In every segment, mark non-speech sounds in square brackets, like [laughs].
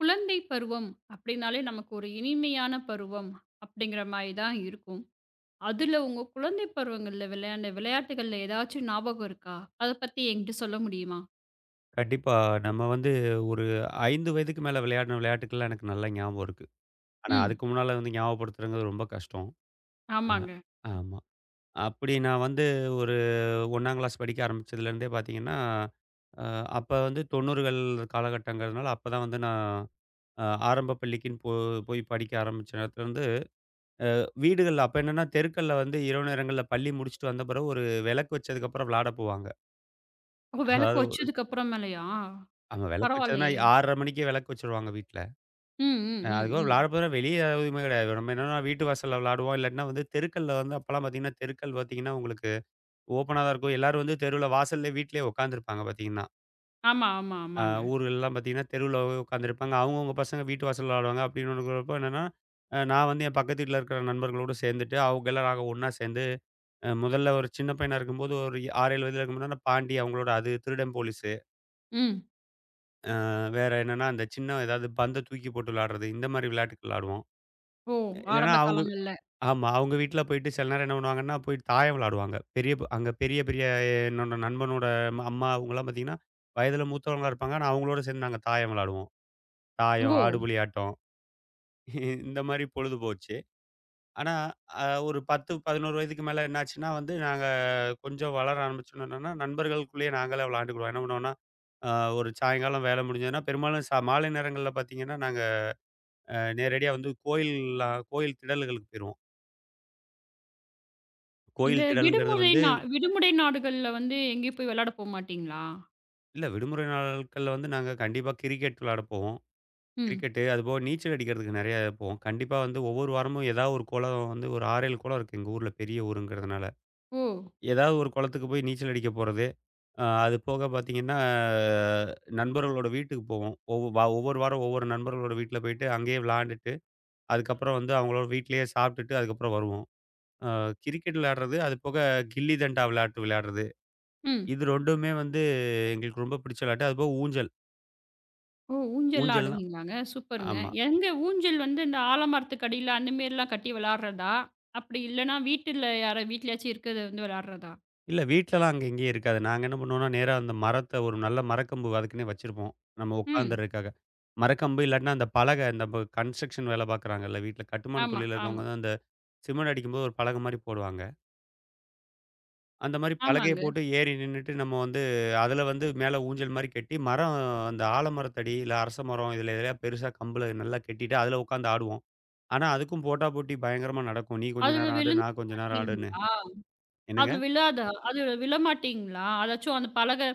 குழந்தை பருவம் அப்படின்னாலே நமக்கு ஒரு இனிமையான பருவம் அப்படிங்கிற மாதிரி தான் இருக்கும். அதுல உங்க குழந்தை பருவங்கள்ல விளையாண்ட விளையாட்டுகள்ல ஏதாச்சும் ஞாபகம் இருக்கா? அத பத்தி என்கிட்ட சொல்ல முடியுமா? கண்டிப்பா. நம்ம வந்து ஒரு 5 வயதுக்கு மேல விளையாடின விளையாட்டுக்கள்லாம் எனக்கு நல்லா ஞாபகம் இருக்கு. ஆனா, ம். அதுக்கு முன்னால வந்து ஞாபகப்படுத்துறதுங்கிறது ரொம்ப கஷ்டம். அ ஆமாங்க. ஆமா. அப்படி நான் வந்து ஒரு 1ஆம் கிளாஸ் படிக்க ஆரம்பிச்சதுலேருந்தே பார்த்தீங்கன்னா, அ அப்ப வந்து 90கள் காலகட்டங்கிறதுனால அப்ப தான் வந்து நான் ஆரம்ப பள்ளிக்குன்னு போய் படிக்க ஆரம்பிச்ச நேரத்துலருந்து வீடுகள்ல அப்ப என்னன்னா, தெருக்கள்ல வந்து இரவு நேரங்கள்ல பள்ளி முடிச்சுட்டு வந்த பிறகு ஒரு விளக்கு வச்சதுக்கப்புறம் விளையாட போவாங்க. ஓ! விளக்கு அதாவது ஒரு வச்சதுக்கு அப்புறமேலயா? ஆமா விளக்கு வச்சதுன்னா பரவாயில்லையே! 6:30 மணிக்கே விளக்கு வச்சுருவாங்க வீட்ல. ம், ம், ம், அதுக்கப்புறம் விளையாட ம். போற வெளிய எதுவுமே கிடையாது. நம்ம என்னன்னா வீட்டு வாசல்ல விளையாடுவோம். இல்லாட்டினா வந்து தெருக்கள்ல வந்து அப்பலாம் பார்த்தீங்கன்னா, தெருக்கள் பார்த்தீங்கன்னா உங்களுக்கு ஓப்பனா தான் இருக்கும். எல்லாரும் வந்து தெருவுல வாசல்லே வீட்லயே உட்காந்துருப்பாங்க பார்த்தீங்கன்னா. ஆமா, ஆமா, அ ஆமாங்க. ஊர்கள்லாம் பார்த்தீங்கன்னா, தெருவுல உட்காந்துருப்பாங்க. அவங்கவங்க பசங்க வீட்டு வாசல்ல விளையாடுவாங்க. அப்படின்னு இருக்கிறப்போ என்னன்னா, நான் வந்து என் பக்கத்து வீட்ல இருக்கிற நண்பர்களோடு சேர்ந்துட்டு, அவங்க எல்லாம் நாங்க ஒண்ணா சேர்ந்து முதல்ல ஒரு சின்ன பையனா இருக்கும்போது ஒரு 6, 7 வயதுல இருக்கும்போது அந்த பாண்டி அவங்களோட அது, திருடன் போலீஸு, ம். வேற என்னன்னா அந்த சின்ன ஏதாவது பந்த தூக்கி போட்டு விளையாடுறது, இந்த மாரி விளையாட்டுகள் விளையாடுவோம். ஓ! இல்லன்னா ஆரம்ப அவங்க காலங்கள்ல. ஆமா. அவங்க வீட்ல போயிட்டு சில நேரம் என்ன பண்ணுவாங்கன்னா, போயிட்டு தாயம் விளையாடுவாங்க. பெரிய ப அங்க பெரிய பெரிய என்னோட நண்பனோட அம்மா அவங்கலாம் பார்த்தீங்கன்னா, வயதில மூத்தவங்களா இருப்பாங்க. ஆனா அவங்களோட சேர்ந்து நாங்க தாயம் விளையாடுவோம். தாயம், ஓ! ஆடுபுலி ஆட்டம். [laughs] இந்த மாரி பொழுது போச்சு. ஆனா ஒரு 10, 11 வயதுக்கு மேல என்னாச்சுன்னா வந்து, நாங்க கொஞ்சம் வளர ஆரம்பிச்சோன என்னன்னா, நண்பர்களுக்குள்ளேயே நாங்களே விளையாண்டுக்குடுவோம். என்ன பண்ணுவோம்னா, அ ஒரு சாயங்காலம் வேலை முடிஞ்சதுன்னா, பெரும்பாலும் மாலை நேரங்கள்ல பார்த்தீங்கன்னா, நாங்க நேரடியா வந்து கோயில்லாம் கோயில் திடல்களுக்கு போயிருவோம். இந்த கோயில் திடல்ங்கிறது விடுமுறை வந்து விடுமுறை நாடுகள்ல வந்து எங்கேயும் போய் விளையாட போமாட்டீங்களா? இல்ல விடுமுறை நாட்கள்ல வந்து நாங்க கண்டிப்பா கிரிக்கெட் விளையாட போவோம். ம். கிரிக்கெட்டு, அதுபோக நீச்சல் அடிக்கிறதுக்கு நெறைய போவோம். கண்டிப்பா வந்து ஒவ்வொரு வாரமும் ஏதாவது ஒரு குளம் வந்து ஒரு 6, 7 குளம் இருக்கு எங்க ஊர்ல பெரிய ஊருங்கிறதுனால. ஓ! ஏதாவது ஒரு குளத்துக்கு போய் நீச்சல் அடிக்க போறது. அது போக பார்த்தீங்கன்னா, நண்பர்களோட வீட்டுக்கு போவோம். ஒவ்வொரு வாரம் ஒவ்வொரு நண்பர்களோட வீட்ல போயிட்டு அங்கேயே விளையாண்டுட்டு, அதுக்கப்புறம் வந்து அவங்களோட வீட்லயே சாப்பிட்டுட்டு அதுக்கப்புறம் வருவோம். அ கிரிக்கெட் விளையாடுறது, அது போக கில்லி தண்டா விளையாட்டு விளையாடுறது. ம். இது 2மே வந்து எங்களுக்கு ரொம்ப பிடிச்ச விளையாட்டு. அதுபோக ஊஞ்சல். ஓ! ஊஞ்சல்லாம் ஊஞ்சல்னா ஆடுவீங்களாங்க? சூப்பருங்க. ஆமா. எங்க ஊஞ்சல் வந்து இந்த ஆலமரத்துக்கு அடியில அந்த மேரிலாம் கட்டி விளையாடுறதா? அப்படி இல்லன்னா வீட்டுல யாரா வீட்லயாச்சும் இருக்கிறத வந்து விளையாடுறதா? இல்ல வீட்லலாம் அங்க எங்கேயும் இருக்காது. நாங்க என்ன பண்ணுவோம்னா, நேரா அந்த மரத்த ஒரு நல்ல மரக்கம்பு அதுக்குன்னே வச்சிருப்போம். நம்ம ம். உட்காந்துறதுக்காக. மரக்கம்பு இல்லாட்டினா அந்த பலகை இந்த ப கன்ஸ்ட்ரக்ஷன் வேலை பார்க்குறாங்கல்ல வீட்ல, கட்டுமான ஆமா, தொழில்ல ஆமா. இருக்கவங்க தான் அந்த சிமெண்ட் அடிக்கும்போது ஒரு பலகை மாரி போடுவாங்க. அந்த மாரி பலகைய ஆமாங்க. போட்டு ஏறி நின்னுட்டு நம்ம வந்து அதில வந்து மேல ஊஞ்சல் மாரி கட்டி, மரம் அந்த ஆலமரத்தடி, இல்ல அரச மரம் இதில எதுலயா பெருசா கம்புல நல்லா கட்டிட்டு அதில உட்காந்து ஆடுவோம். ஆனா, அதுக்கும் போட்டா போட்டி பயங்கரமா நடக்கும். நீ கொஞ்ச அதுல நேரம் ஆடு, விழுந்து நான் கொஞ்ச நேரம் ஆடுன்னு. மாட்டீங்களா? அதுல என்னங்க? விழாதா? அதுல விழமாட்டீங்களா? அதாச்சும் அந்த பலகை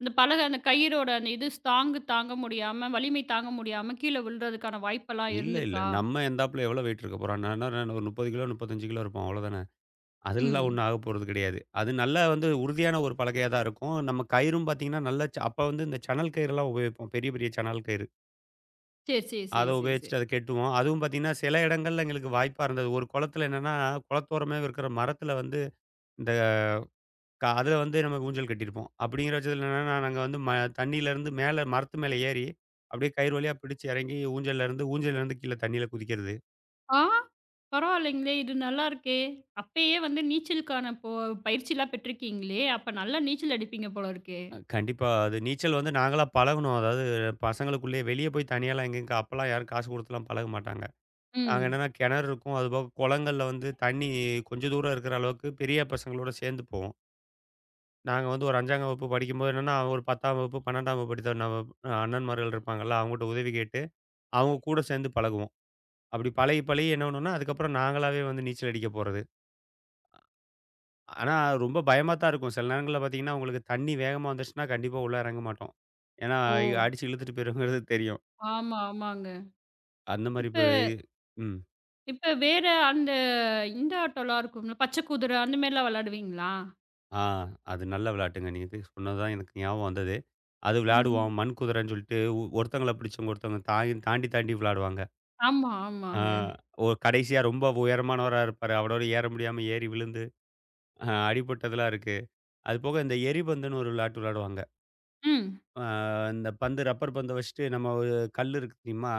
அந்த பலகை அந்த கயிறோட அந்த இது தாங்கு தாங்க முடியாம, வலிமை தாங்க முடியாம கீழ விழுறதுக்கான வாய்ப்பெல்லாம் இல்ல, இல்ல. இருந்திருக்கா? நம்ம எந்தாப்புல எவ்வளோ வெயிட் இருக்க போறோம்? நான் என்ன நான் ஒரு 30 கிலோ, 35 கிலோ இருப்போம். அவ்வளோதானே. அதெல்லாம் ம். ஒண்ணும் ஆகப் போறது கிடையாது. அது நல்லா வந்து உறுதியான ஒரு பலகையா தான் இருக்கும். நம்ம கயிறும் பார்த்தீங்கன்னா, நல்ல அப்ப வந்து இந்த சணல் கயிறுலாம் உபயோகிப்போம். பெரிய, பெரிய சணல் கயிறு. சரி, சரி, சரி, அத சரி, சரி. உபயோகிச்சுட்டு அத கெட்டுவோம். அதுவும் பார்த்தீங்கன்னா, சில இடங்கள்ல எங்களுக்கு வாய்ப்பா இருந்தது. ஒரு குளத்துல என்னன்னா, குளத்தோரமே இருக்கிற மரத்துல வந்து இந்த அதுல வந்து நம்ம ஊஞ்சல் கட்டியிருப்போம். அப்படிங்கிற பட்சத்துல என்னன்னா, நாங்க வந்து தண்ணியிலருந்து மேல மரத்து மேல ஏறி, அப்படியே கயிறு வழியா பிடிச்சு இறங்கி ஊஞ்சல்ல இருந்து கீழ தண்ணியில குதிக்கிறது. ஆ! பரவாயில்லைங்களே! இது நல்லா இருக்கே! அப்பயே வந்து நீச்சலுக்கான பயிற்சிலாம் பெற்றிருக்கீங்களே! அப்ப நல்லா நீச்சல் அடிப்பீங்க போல இருக்கே! அ கண்டிப்பா. அது நீச்சல் வந்து நாங்களா பழகுனோம். அதாவது பசங்களுக்குள்ளயே வெளிய போய் தனியாலாம் எங்கங்க அப்பலாம் யாரும் காசு குடுத்துலாம் பழக மாட்டாங்க. நாங்க ம். என்னன்னா கிணறு இருக்கும். அதுபோக குளங்கள்ல வந்து தண்ணி கொஞ்சம் தூரம் இருக்கிற அளவுக்கு பெரிய பசங்களோட சேர்ந்து போவோம். நாங்க வந்து ஒரு 5ஆம் வகுப்பு படிக்கும்போது என்னன்னா, ஒரு 10ஆம் வகுப்பு, 12ஆம் வகுப்பு படித்த நம்ம அண்ணன்மார்கள் இருப்பாங்கல்ல, அவங்ககிட்ட உதவி கேட்டு அவங்க கூட சேர்ந்து பழகுவோம். அப்படி பழகி, பழகி என்ன பண்ணுவோம்னா, அதுக்கப்புறம் நாங்களாவே வந்து நீச்சல் அடிக்க போறது. ஆனா, ரொம்ப பயமா தான் இருக்கும். சில நேரங்கள்ல பார்த்தீங்கன்னா, உங்களுக்கு தண்ணி வேகமா வந்துருச்சுன்னா, கண்டிப்பா உள்ள இறங்க மாட்டோம். ஏன்னா, ஓ! அடிச்சு இழுத்துட்டு போயிருங்கிறது தெரியும். ஆமா, ஆமாங்க. அந்த மாரி இப்ப போய் ம். இப்ப வேற அந்த இந்த ஆட்டம்லாம் இருக்கும்ல, பச்சை குதிரை அந்த மாரிலாம் விளையாடுவீங்களா? ஆ அது நல்ல விளையாட்டுங்க. நீங்க இது சொன்னது தான் எனக்கு ஞாபகம் வந்தது. அது ம். விளையாடுவோம். மண் குதிரைன்னு சொல்லிட்டு ஒருத்தங்கள பிடிச்சவங்க ஒருத்தவங்க தாய் தாண்டி தாண்டி விளையாடுவாங்க. ஆமா, ஆ ஆமாங்க. ஒ கடைசியா ரொம்ப உயரமானவரா இருப்பாரு. அவரோட ஏற முடியாம ஏறி விழுந்து அ அடிபட்டதெல்லாம் இருக்கு. அதுபோக இந்த எரிபந்துன்னு ஒரு விளையாட்டு விளையாடுவாங்க. ம். அ இந்த பந்து ரப்பர் பந்த வச்சுட்டு நம்ம ஒரு கல் இருக்கு தெரியுமா?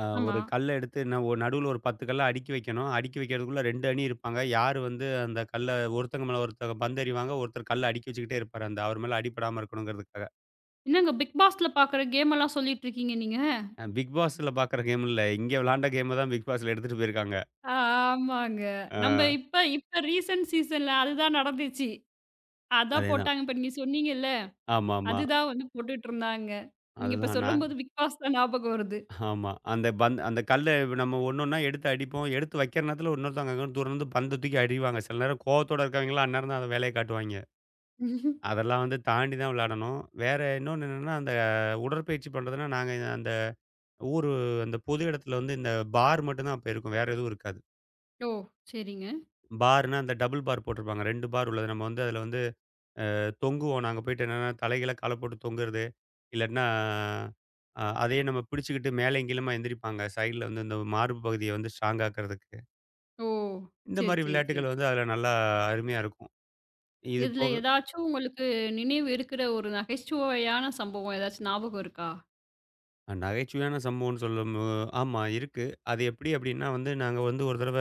அ ஆமா. ஒரு கல்ல எடுத்து ந ஒ நடுவுல ஒரு 10 கல்ல அடுக்கி வைக்கணும். அடுக்கி வைக்கிறதுக்குள்ள 2 அணி இருப்பாங்க. யாரு வந்து அந்த கல்ல ஒருத்தங்க மேல ஒருத்தங்க பந்து எறிவாங்க. ஒருத்தர் கல்ல அடுக்கி வச்சுக்கிட்டே இருப்பாரு. அந்த அவர் மேல அடிபடாம இருக்கணுங்கிறதுக்காக. என்னங்க பிக் பாஸ்ல பார்க்குற கேமல்லாம் சொல்லிட்டு இருக்கீங்க நீங்க? அ பிக் பாஸ்ல பார்க்குற கேம் இல்ல. இங்க விளாண்ட கேம்ம தான் பிக் பாஸ்ல எடுத்துட்டு போயிருக்காங்க. ஆ ஆமாங்க. நம்ம அ இப்ப இப்ப ரீசென்ட் சீசன்ல அதுதான் நடந்துச்சு. அதான் அதேதான். போட்டாங்க. இப்ப நீங்க சொன்னீங்கல்ல ஆமாமா. அதுதான் வந்து போட்டுட்ருந்தாங்க. நீங்க இப்ப அதுதான் நான் சொல்லும்போது பிக் பாஸ் தான் ஞாபகம் வருது. ஆமா. அந்த கல்ல நம்ம ஒன்னொன்னா எடுத்து அடிப்போம். எடுத்து வைக்கிற நேரத்துல இன்னொருத்தவங்க அங்க தொறந்து பந்த தூக்கி அடிவாங்க. சில நேரம் கோவத்தோட இருக்கவங்கலாம் அந்நேரம் தான் அந்த வேலைய காட்டுவாய்ங்க. அதெல்லாம் வந்து தாண்டி தான் விளையாடணும். வேற இன்னொன்னு என்னன்னா, அந்த உடற்பயிற்சி பண்றதுன்னா, நாங்க அந்த ஊரு அந்த பொது இடத்துல வந்து இந்த பார் மட்டும் தான் அப்ப இருக்கும். வேற எதுவும் இருக்காது. ஓ! சரிங்க. பார்ன்னா அந்த டபுள் பார் போட்டிருப்பாங்க. 2 பார் உள்ளது. நம்ம வந்து அதுல வந்து அ தொங்குவோம். நாங்க போயிட்டு என்னன்னா, தலைகீழா கால போட்டு தொங்குறது. இல்லாட்டினா, அ அதையே நம்ம பிடிச்சுக்கிட்டு மேலயும் கீழுமா எந்திரிப்பாங்க. சைடுல வந்து இந்த மார்பு பகுதிய வந்து ஸ்ட்ராங் ஆக்குறதுக்கு. ஓ! இந்த சரி, மாரி சரி, சரி. விளையாட்டுகள் வந்து அதுல நல்லா அருமையா இருக்கும். இது இதுல போக ஏதாச்சும் உங்களுக்கு நினைவு இருக்கிற ஒரு நகைச்சுவையான சம்பவம் ஏதாச்சும் ஞாபகம் இருக்கா? அ நகைச்சுவையான சம்பவம்னு சொல்லும் போ ஆமா இருக்கு. அது எப்படி அப்படின்னா வந்து, நாங்க வந்து ஒரு தடவ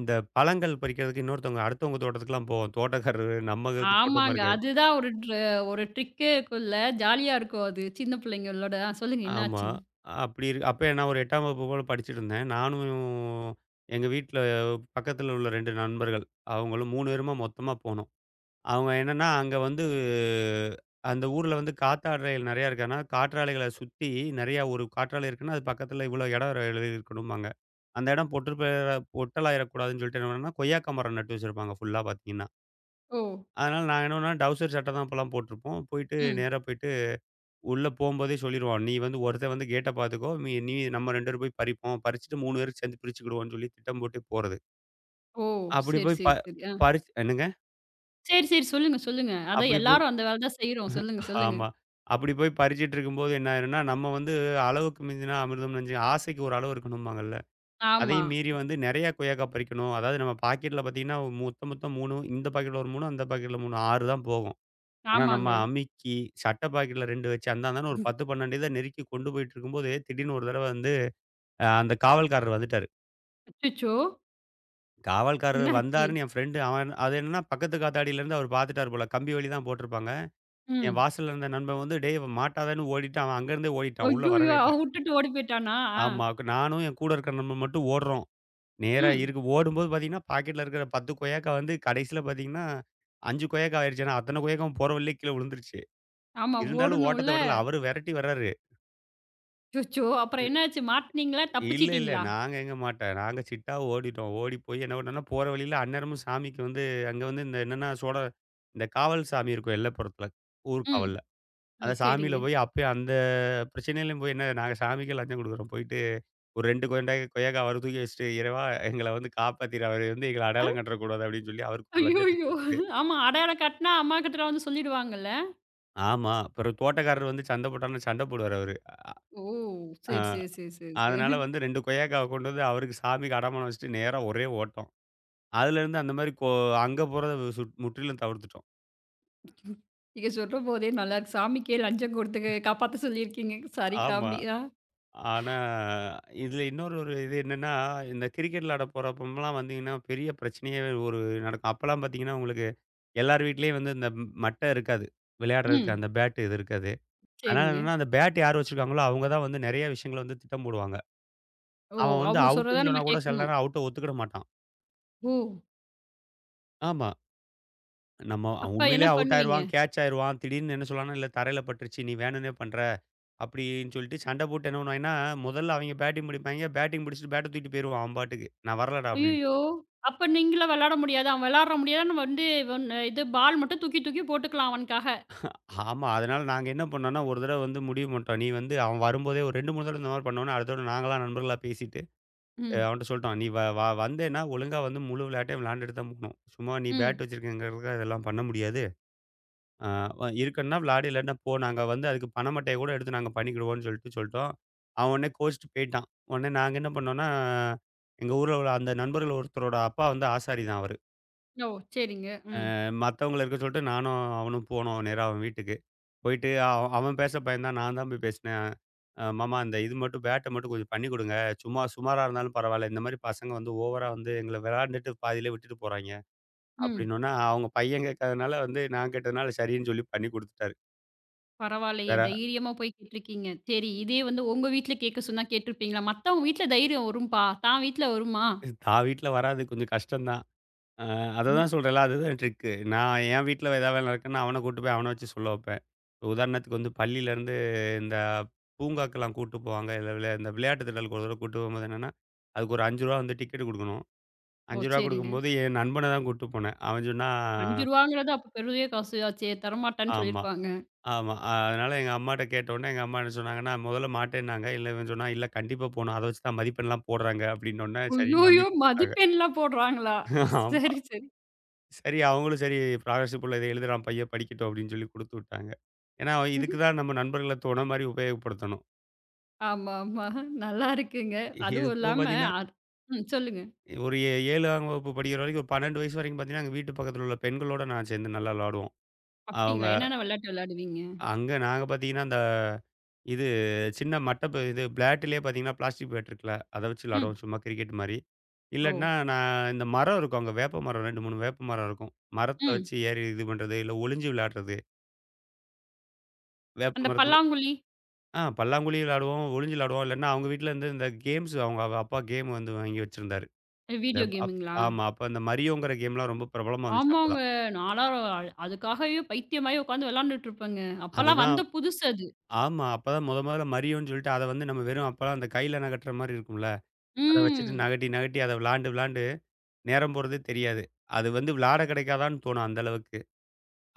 இந்த பழங்கள் பறிக்கிறதுக்கு இன்னொருத்தவங்க அடுத்தவங்க தோட்டத்துக்குலாம் போவோம். தோட்டக்காரரு நம்ம தோட்டமா ஆமாங்க. இருக்காது. அதுதான் ஒரு ஒரு ட்ரிக்கே இருக்குல்ல. ஜாலியா இருக்கும் அது. சின்ன பிள்ளைங்களோட. ஆ சொல்லுங்க ஆமா. என்னாச்சுன்னு? அப்ப நான் ஒரு 8ஆம் வகுப்பு போல படிச்சுட்டுருந்தேன். நானும் எங்க வீட்ல பக்கத்துல உள்ள 2 நண்பர்கள். அவங்களும் 3 பேருமா மொத்தமா போனோம். அவங்க என்னன்னா, அங்க வந்து அந்த ஊர்ல வந்து காத்தாடைகள் நெறையா இருக்கனால, காற்றாலைகள சுத்தி நெறையா ஒரு காற்றாலை இருக்குன்னா, அது பக்கத்துல இவ்வளோ இடம் எழுதி இருக்கணும்பாங்க. அந்த இடம் பொட்டு ப பொட்டலாயிரக்கூடாதுன்னு சொல்லிட்டு என்ன பண்ணேன்னா, கொய்யாக்கா மரம் நட்டு வச்சிருப்பாங்க ஃபுல்லா பார்த்தீங்கன்னா. ஓ! அதனால நாங்க என்ன பண்ணோம்னா, டவுசர் சட்டை தான் அப்பலாம் போட்டிருப்போம். ம். போயிட்டு உள்ள போம்போதே சொல்லிருவோம். "நீ வந்து ஒருத்தன் வந்து கேட்ட பார்த்துக்கோ. நீ நம்ம 2 பேரும் போய் பறிப்போம். பறிச்சுட்டு 3 பேரும் சேர்ந்து பிரிச்சுக்கிடுவோம்ன்னு" சொல்லி திட்டம் போட்டு போறது. ஓ! அப்படி சரி, போய் ப சரி, சரி. ஆ. பறிச் என்னங்க? சரி, சரி. சொல்லுங்க, சொல்லுங்க. அதான் அப்படி போய் எல்லாரும் அந்த வேல தான் செய்றோம். சொல்லுங்க, சொல்லுங்க. ஆமா. அப்படி போய் பறிச்சுட்டு இருக்கும்போது என்ன ஆயிரும்னா, நம்ம வந்து அளவுக்கு மிஞ்சினா அமிர்தம் நஞ்சு ஆசைக்கு ஒரு அளவு இருக்கணும்பாங்கல்ல. ஆமா. அதையும் மீறி வந்து நெறைய கொய்யாக்கா பறிக்கணும். அதாவது நம்ம பாக்கெட்ல பாத்தீங்கன்னா, மொத்தம் 3 இந்த பாக்கெட்ல ஒரு 3 அந்த பாக்கெட்ல 3 6 தான் போகும். ஆனா நம்ம ஆமாங்க. அமுக்கி சட்ட பாக்கெட்ல 2 வச்சு அந்தாந்தான்னு ஒரு 10, 12 இத நெருக்கி கொண்டு போயிட்டு இருக்கும்போது, திடீர்னு ஒரு தடவ வந்து அ அந்த காவல்காரர் வந்துட்டாரு. அச்சச்சோ! காவல்காரர் என்னாச்சு? வந்தாருன்னு என் ஃப்ரெண்டு அவன் அது என்னன்னா பக்கத்து காத்தாடியிலருந்து அவர் பாத்துட்டாரு போல. கம்பி வேலி தான் போட்டிருப்பாங்க. என் ம். வாசல்ல இருந்த நண்பன் வந்து, "டேய்! மாட்டாதன்னு" ஓடிட்டு அவன் அங்கருந்தே ஓடிட்டான். உள்ள ஐய்யய்யோ! வரவே அவ இல்ல. வுட்டுட்டு ஓடி போயிட்டானா? ஆ. ஆமா. நானும் என் கூட இருக்கிற நண்பன் மட்டும் ஓடுறோம். நேரா ம். இருக்கு ஓடும்போது பார்த்தீங்கன்னா, பாக்கெட்ல இருக்கிற 10 கொய்யாக்கா வந்து கடைசியில பார்த்தீங்கன்னா, 5 கொய்யாக்கா ஆயிருச்சு. ஏன்னா, அத்தன கொய்யாக்காவும் போற வழியிலே கீழ விழுந்துருச்சு. ஆமா இருந்தாலும் ஓட்டத்த ஓடணும்ல. விடல. அவரு விரட்டி வர்றாரு. அச்சச்சோ! இ அப்புறம் என்னாச்சு? மாட்னீங்களா? இல்ல, இல்ல. தப்பிச்சிட்டீங்களா? நாங்க எங்க மாட்ட. நாங்க சிட்டா ஓடிட்டோம். ஓடி போய் என்ன பண்ணோம்னா, போற வழியில அந்நேரமும் சாமிக்கு வந்து அங்க வந்து இந்த என்னன்னா, இந்த காவல் சாமி இருக்கும் எல்லைப்புறத்தில. ஊர் ம். காவல்ல. ஓ! அந்த சரிங்க. சாமியில போய் அப்பயே அந்த பிரச்சனையிலயும் போய் என்ன நாங்க சாமிக்கே லஞ்சம் குடுக்குறோம். போயிட்டு ஒரு 2 கொண்டைய கொய்யாக்காய் அவர தூக்கி வச்சுட்டு, "இறைவா எங்கள வந்து காப்பாத்திரு. அவரு வந்து எங்கள அடையாளம் கண்டறக்கூடாது." அப்படின்னு சொல்லி அவருக்கு ஒரு லஞ்சத்த ஐய்யய்யோ! குடுத்துட்டு ஆமா அடையாளம் காட்டுனா அம்மாகிட்டலாம் வந்து சொல்லிடுவாங்கல்ல. ஆமா. அப்புறம் தோட்டக்காரர் வந்து சண்டை போட்டாருன்னா சண்டை போடுவாரு அவரு. அ ஓ! சரி, அஹ் சரி, சரி, சரி, அதனால சரி. வந்து 2 கொய்யாக்காவ கொண்டு வந்து அவருக்கு சாமிக்கு அடமானம் வச்சுட்டு நேரா ஒரே ஓட்டம். அதுலேருந்து அந்த மாரி கொ அங்க போறத சுட் முற்றிலும் தவிர்த்துட்டோம். நீங்க சொல்லும்போதே நல்லாருக்கு. சாமிக்கே லஞ்சம் குடுத்து காப்பாத்த சொல்லியிருக்கீங்க. சரி ஆமா. காமெடி. ஆ. ஆனா, இதில இன்னொரு ஒரு இது என்னன்னா, இந்த கிரிக்கெட் விளையாட போறப்பலாம் வந்தீங்கன்னா, பெரிய பிரச்சனையே ஒரு நடக்கும். அப்பலாம் பார்த்தீங்கன்னா, உங்களுக்கு எல்லார் வீட்லயும் வந்து இந்த மட்ட இருக்காது. விளையாடுறதுக்கு ம். அந்த பேட் இது இருக்காது. அதனால சரிங்க. என்னன்னா, அந்த பேட் யார் வச்சிருக்காங்களோ, அவங்க தான் வந்து நெறைய விஷயங்கள வந்து திட்டம் போடுவாங்க. ஓ! அவன் வந்து அவங்க சொல்றத அவுட்டுன்னு நம்ம சொன்னா கூட சில கேட்கணும். நேரம் அவுட்ட ஒத்துக்கிட மாட்டான். ஓ! ஆமா. நம்ம அவன் அப்ப என்ன உண்மையிலேயே அவுட் பண்ணுவீங்க? ஆயிருவான், கேட்ச் ஆயிருவான். திடீர்னு என்ன சொல்லுவான்னா, "இல்ல தரையில பட்டுருச்சு. நீ வேணும்னே பண்ற." அப்படின்னு சொல்லிட்டு சண்டை போட்டு என்ன பண்ணுவாய்ங்கன்னா, முதல்ல அவைங்க பேட்டிங் பிடிப்பாய்ங்க. பேட்டிங் பிடிச்சுட்டு பேட்ட தூக்கிட்டு போயிருவான் அவன் பாட்டுக்கு. "நான் வரலடா" அப்படின்ட்டு. ஐயய்யோ! அப்ப நீங்களும் விளையாட முடியாது. அவன் விளையாட முடியாதுன்னு வந்து இவன் இது பால் மட்டும் தூக்கி தூக்கி போட்டுக்கலாம் அவனுக்காக. ஆமா. அதனால நாங்க என்ன பண்ணோம்ன்னா, ஒரு தடவ வந்து முடிவு பண்ணிட்டோம். நீ வந்து அவன் வரும்போதே ஒரு 2, 3 தடவ இந்த மாரி பண்ணோன்னே, அடுத்த தடவ நாங்களா நண்பர்களா பேசிட்டு, அ ம், அவன்ட்ட சொல்ட்டோம். "நீ வ வ வந்தேன்னா ஒழுங்கா வந்து முழு விளையாட்டையும் விளையாண்டுட்டு தான் போணும். சும்மா நீ ம். பேட் வச்சிருக்கங்கிறதுக்காக இதெல்லாம் பண்ண முடியாது." ஆ வ இருக்கன்னா விளாடு, இல்லாட்டினா போ. நாங்க வந்து அதுக்கு பண மட்டைய கூட எடுத்து நாங்க பண்ணிக்கிடுவோம்ன்னு சொல்லிட்டு சொல்ட்டோம். அவன் உடனே கோச்சிட்டு போயிட்டான். உடனே நாங்க என்ன பண்ணோம்னா, எங்க ஊர்ல உள்ள அந்த நண்பர்கள் ஒருத்தரோட அப்பா வந்து ஆசாரி தான் அவரு. ஓ! சரிங்க. அ ம், மத்தவங்கள இருக்க சொல்லிட்டு நானும் அவனும் போனோம் நேரா அவன் வீட்டுக்கு. போயிட்டு அவன் பேச பயந்தான். நான் தான் போய் பேசினேன். அ மாமா இந்த இது மட்டும் பேட்ட மட்டும் கொஞ்சம் பண்ணி குடுங்க. சும்மா சுமாரா இருந்தாலும் பரவால்ல. இந்த மாரி பசங்க வந்து ஓவரா வந்து எங்கள விளாண்டுட்டு பாதியிலே விட்டுட்டு போறாய்ங்க. ம். அப்படின்னோன, அவங்க பையன் கேட்காதனால வந்து நான் கேட்டதுனால சரின்னு சொல்லி பண்ணி குடுத்துட்டாரு. பரவாயில்லையே! வேற தைரியமா போய் கேட்டுருக்கீங்க. சரி, இதே வந்து உங்க வீட்ல கேட்க சொன்னா கேட்டுருப்பீங்களா? மத்தவங்க வீட்ல தைரியம் வரும்பா. தான் வீட்ல வருமா? தான் வீட்ல வராது. கொஞ்சம் கஷ்டம் தான். அ ம். அததான் சொல்றேன்ல. அதுதான் ட்ரிக்கு. நான் என் வீட்ல ஏதாவது வேலை நடக்குன்னா, அவன கூட்டு போய் அவன வச்சு சொல்ல வைப்பேன். இப்ப உதாரணத்துக்கு வந்து பள்ளியிலேருந்து இந்த பூங்காக்கெல்லாம் கூட்டு போவாங்க. இல்ல விளை இந்த விளையாட்டு திடலுக்கு ஒரு தடவ கூட்டு போகும்போது என்னன்னா, அதுக்கு ஒரு ரூ. 5 வந்து டிக்கெட் குடுக்கணும். ரூ. ஓ! 5 சரிங்க. குடுக்கும்போது என் நண்பன தான் கூட்டு போனேன். அவன் சொன்னான் ரூ. 5ங்கிறது அப்ப பெரிய காசு ஆச்சே! தரமாட்டான்னு ஆமா, சொல்லியிருப்பாங்க. ஆமா. அதனால எங்க அம்மாட்ட கேட்டவுடனே, எங்க அம்மா என்ன சொன்னாங்கன்னா, முதல்ல மாட்டேன்னாங்க. இல்ல இவன் சொன்னான், "இல்ல கண்டிப்பா போணும். அத வச்சு தான் மதிப்பெண்லாம் போடுறாங்க." அப்படின்னவுடனே சரின்னு நம்பி ஐய்யயோ! குடுத்துட்டாங்க. மதிப்பெண்லாம் போடுறாங்களா? ஆமா. சரி, சரி. சரி, அவங்களும் சரி ஸ்காலர்ஷிப் உள்ள இதை எழுதுறான் பையன் படிக்கட்டும் அப்படின்னு சொல்லி குடுத்து விட்டாங்க. ஏன்னா, இதுக்கு தான் நம்ம நண்பர்கள துணை மாரி உபயோகப்படுத்தணும். ஆமா, ஆமா. நல்லா இருக்குங்க. இது அதுவும் போக இல்லாம பார்த்தீங்கன்னா, அது ம். சொல்லுங்க. ஒரு 7ஆம் வகுப்பு படிக்கிற வரைக்கும் ஒரு 12 வயசு வரைக்கும் பார்த்தீங்கன்னா, எங்க வீட்டு பக்கத்துல உள்ள பெண்களோட நான் சேர்ந்து நல்லா விளாடுவோம். அவங்க அப்டிங்களா? என்னென்ன விளையாட்டு விளையாடுவீங்க? அங்க நாங்க பார்த்தீங்கன்னா, அந்த இது சின்ன மட்டப்பு இது பிளாட்டிலே பார்த்தீங்கன்னா, பிளாஸ்டிக் பேட் இருக்குல்ல, அத வச்சு ம். விளாடுவோம் சும்மா கிரிக்கெட் மாரி. ஓ! இல்லாட்டினா, நான் இந்த மரம் இருக்கும் அங்க வேப்ப மரம் 2, 3 வேப்ப மரம் இருக்கும். மரத்துல ம். வச்சு ஏறி இது பண்றது, இல்ல ஒளிஞ்சு விளையாடுறது. வேப்ப அந்த மரத்து பல்லாங்குழி ஆ பல்லாங்குழி விளையாடுவோம், ஒளிஞ்சு விளையாடுவோம். இல்லன்னா, அவங்க வீட்லருந்து இந்த கேம்ஸ் அவங்க அப்பா கேம் வந்து வாங்கி வச்சிருந்தாரு. இந்த வீடியோ அப் கேமுங்களா? ஆமா. அப்ப அந்த மரியோங்கிற கேம்லாம் ரொம்ப பிரபலமா வந்துச்சு ஆமாங்க. அப்பதான். நான்லாம் அதுக்காகவே பைத்தியமாயி உட்காந்து விளையாண்டுட்டு இருப்பேங்க. அப்பலாம் அதுதான் வந்த புதுசு அது. ஆமா. அப்பதான் மொதல்ல மரியோன்னு சொல்லிட்டு அத வந்து நம்ம வெறும் அப்பலாம் அந்த கையில நகட்டுற மாரி இருக்கும்ல. அத வச்சுட்டு ம். நகட்டி, நகட்டி அத விளாண்டு, விளாண்டு நேரம் போறதே தெரியாது. அது வந்து விளாட கிடைக்காதான்னு தோணும் அந்த அளவுக்கு.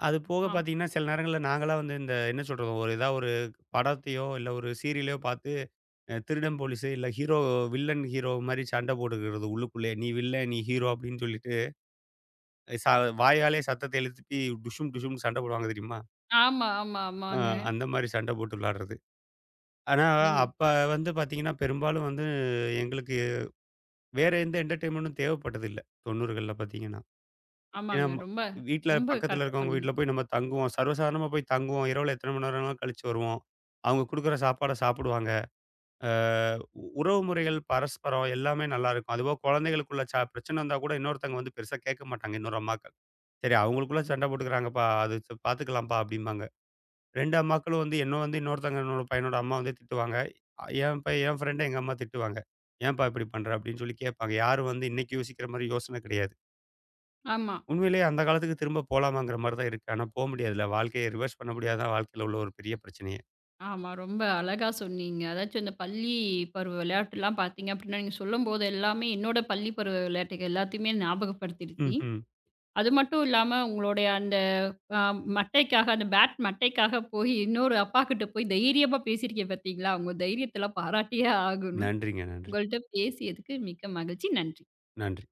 அது போக ஆ பார்த்தீங்கன்னா, சில நேரங்கள்ல நாங்கலாம் வந்து இந்த என்ன சொல்றது, ஒரு ஏதாவது ஒரு படத்தையோ, இல்ல ஒரு சீரியலையோ பார்த்து அ திருடன் போலீஸு இல்ல ஹீரோ வில்லன், ஹீரோ மாரி சண்டை போட்டுக்கிறது உள்ளுக்குள்ளயே. "நீ வில்லன், நீ ஹீரோ" அப்படின்னு சொல்லிட்டு ச வாயாலயே சத்தத்த எழுப்பி டுஷும் டுஷும்னு சண்டை போடுவாங்க தெரியுமா? ஆமா, ஆமா, அ ஆமாங்க. அந்த மாரி சண்டை போட்டு விளையாடுறது. ஆனா, நீங்க அப்ப வந்து பார்த்தீங்கன்னா, பெரும்பாலும் வந்து எங்களுக்கு வேற எந்த என்டர்டெயின்மென்டும் தேவைப்பட்டதில்ல. 90கள்ல பார்த்தீங்கன்னா. ஏன்னா ஆமாங்க. ம ரொம்ப வீட்ல ரொம்ப பக்கத்துல கரெக்ட்டா இருக்கவங்க சொன்னீங்க. வீட்ல போய் நம்ம தங்குவோம். சர்வசாதாரணமா போய் தங்குவோம். இரவுல எத்தனை மணி நேரம் வேணாலும் கழிச்சு வருவோம். அவங்க குடுக்குற சாப்பாட சாப்பிடுவாங்க. அ உறவு முறைகள், பரஸ்பரம் எல்லாமே நல்லாருக்கும். அதுபோக குழந்தைகளுக்குள்ள பிரச்சனை வந்தா கூட இன்னொருத்தங்க வந்து பெருசா கேட்க மாட்டாங்க, இன்னொரு அம்மாக்கள். சரி அவங்களுக்குள்ள சண்டை போட்டுக்கிறாங்கப்பா, அது பார்த்துக்கலாம்ப்பா அப்படிம்பாங்க. 2 அம்மாக்களும் வந்து என்ன வந்து இன்னொருத்தங்க என்னோட பையனோட அம்மா வந்து திட்டுவாங்க. அ என் ஃப்ரெண்ட எங்க அம்மா திட்டுவாங்க. "ஏன்பா இப்படி பண்ற?" அப்படின்னு சொல்லி கேட்பாங்க. யாரும் வந்து இன்னைக்கு யோசிக்கிற மாரி யோசனை கிடையாது. ஆமா, உண்மையிலேயே அந்த காலத்துக்கு திரும்ப போலாமாங்கிற மாரி தான் இருக்கு. ஆனா போ முடியாதுல்ல. வாழ்க்கைய ரிவர்ஸ் பண்ண முடியாதுதான் வாழ்க்கையில உள்ள ஒரு பெரிய பிரச்சனையே. ஆமா. ரொம்ப அழகா சொன்னீங்க. அதாச்சும் இந்த பள்ளி பருவ விளையாட்டுலாம் பார்த்தீங்க அப்டின்னா, நீங்க சொல்லும்போது எல்லாமே என்னோட பள்ளி பருவ விளையாட்டுகள் எல்லாத்தையுமே ஞாபகப்படுத்திடுச்சு. ம்ஹ்ம். அது மட்டும் இல்லாம உங்களுடைய அந் ஆ மட்டைக்காக அந்த பேட் மட்டைக்காக போய் இன்னொரு அப்பாகிட்ட போய் தைரியமா பேசியிருக்கேன் பார்த்தீங்களா? உங்க தைரியத்தலாம் பாராட்டியே ஆகணும். நன்றிங்க, நன்றி. உங்கள்ட்ட பேசியதுக்கு மிக்க மகிழ்ச்சி. நன்றி. நன்றி.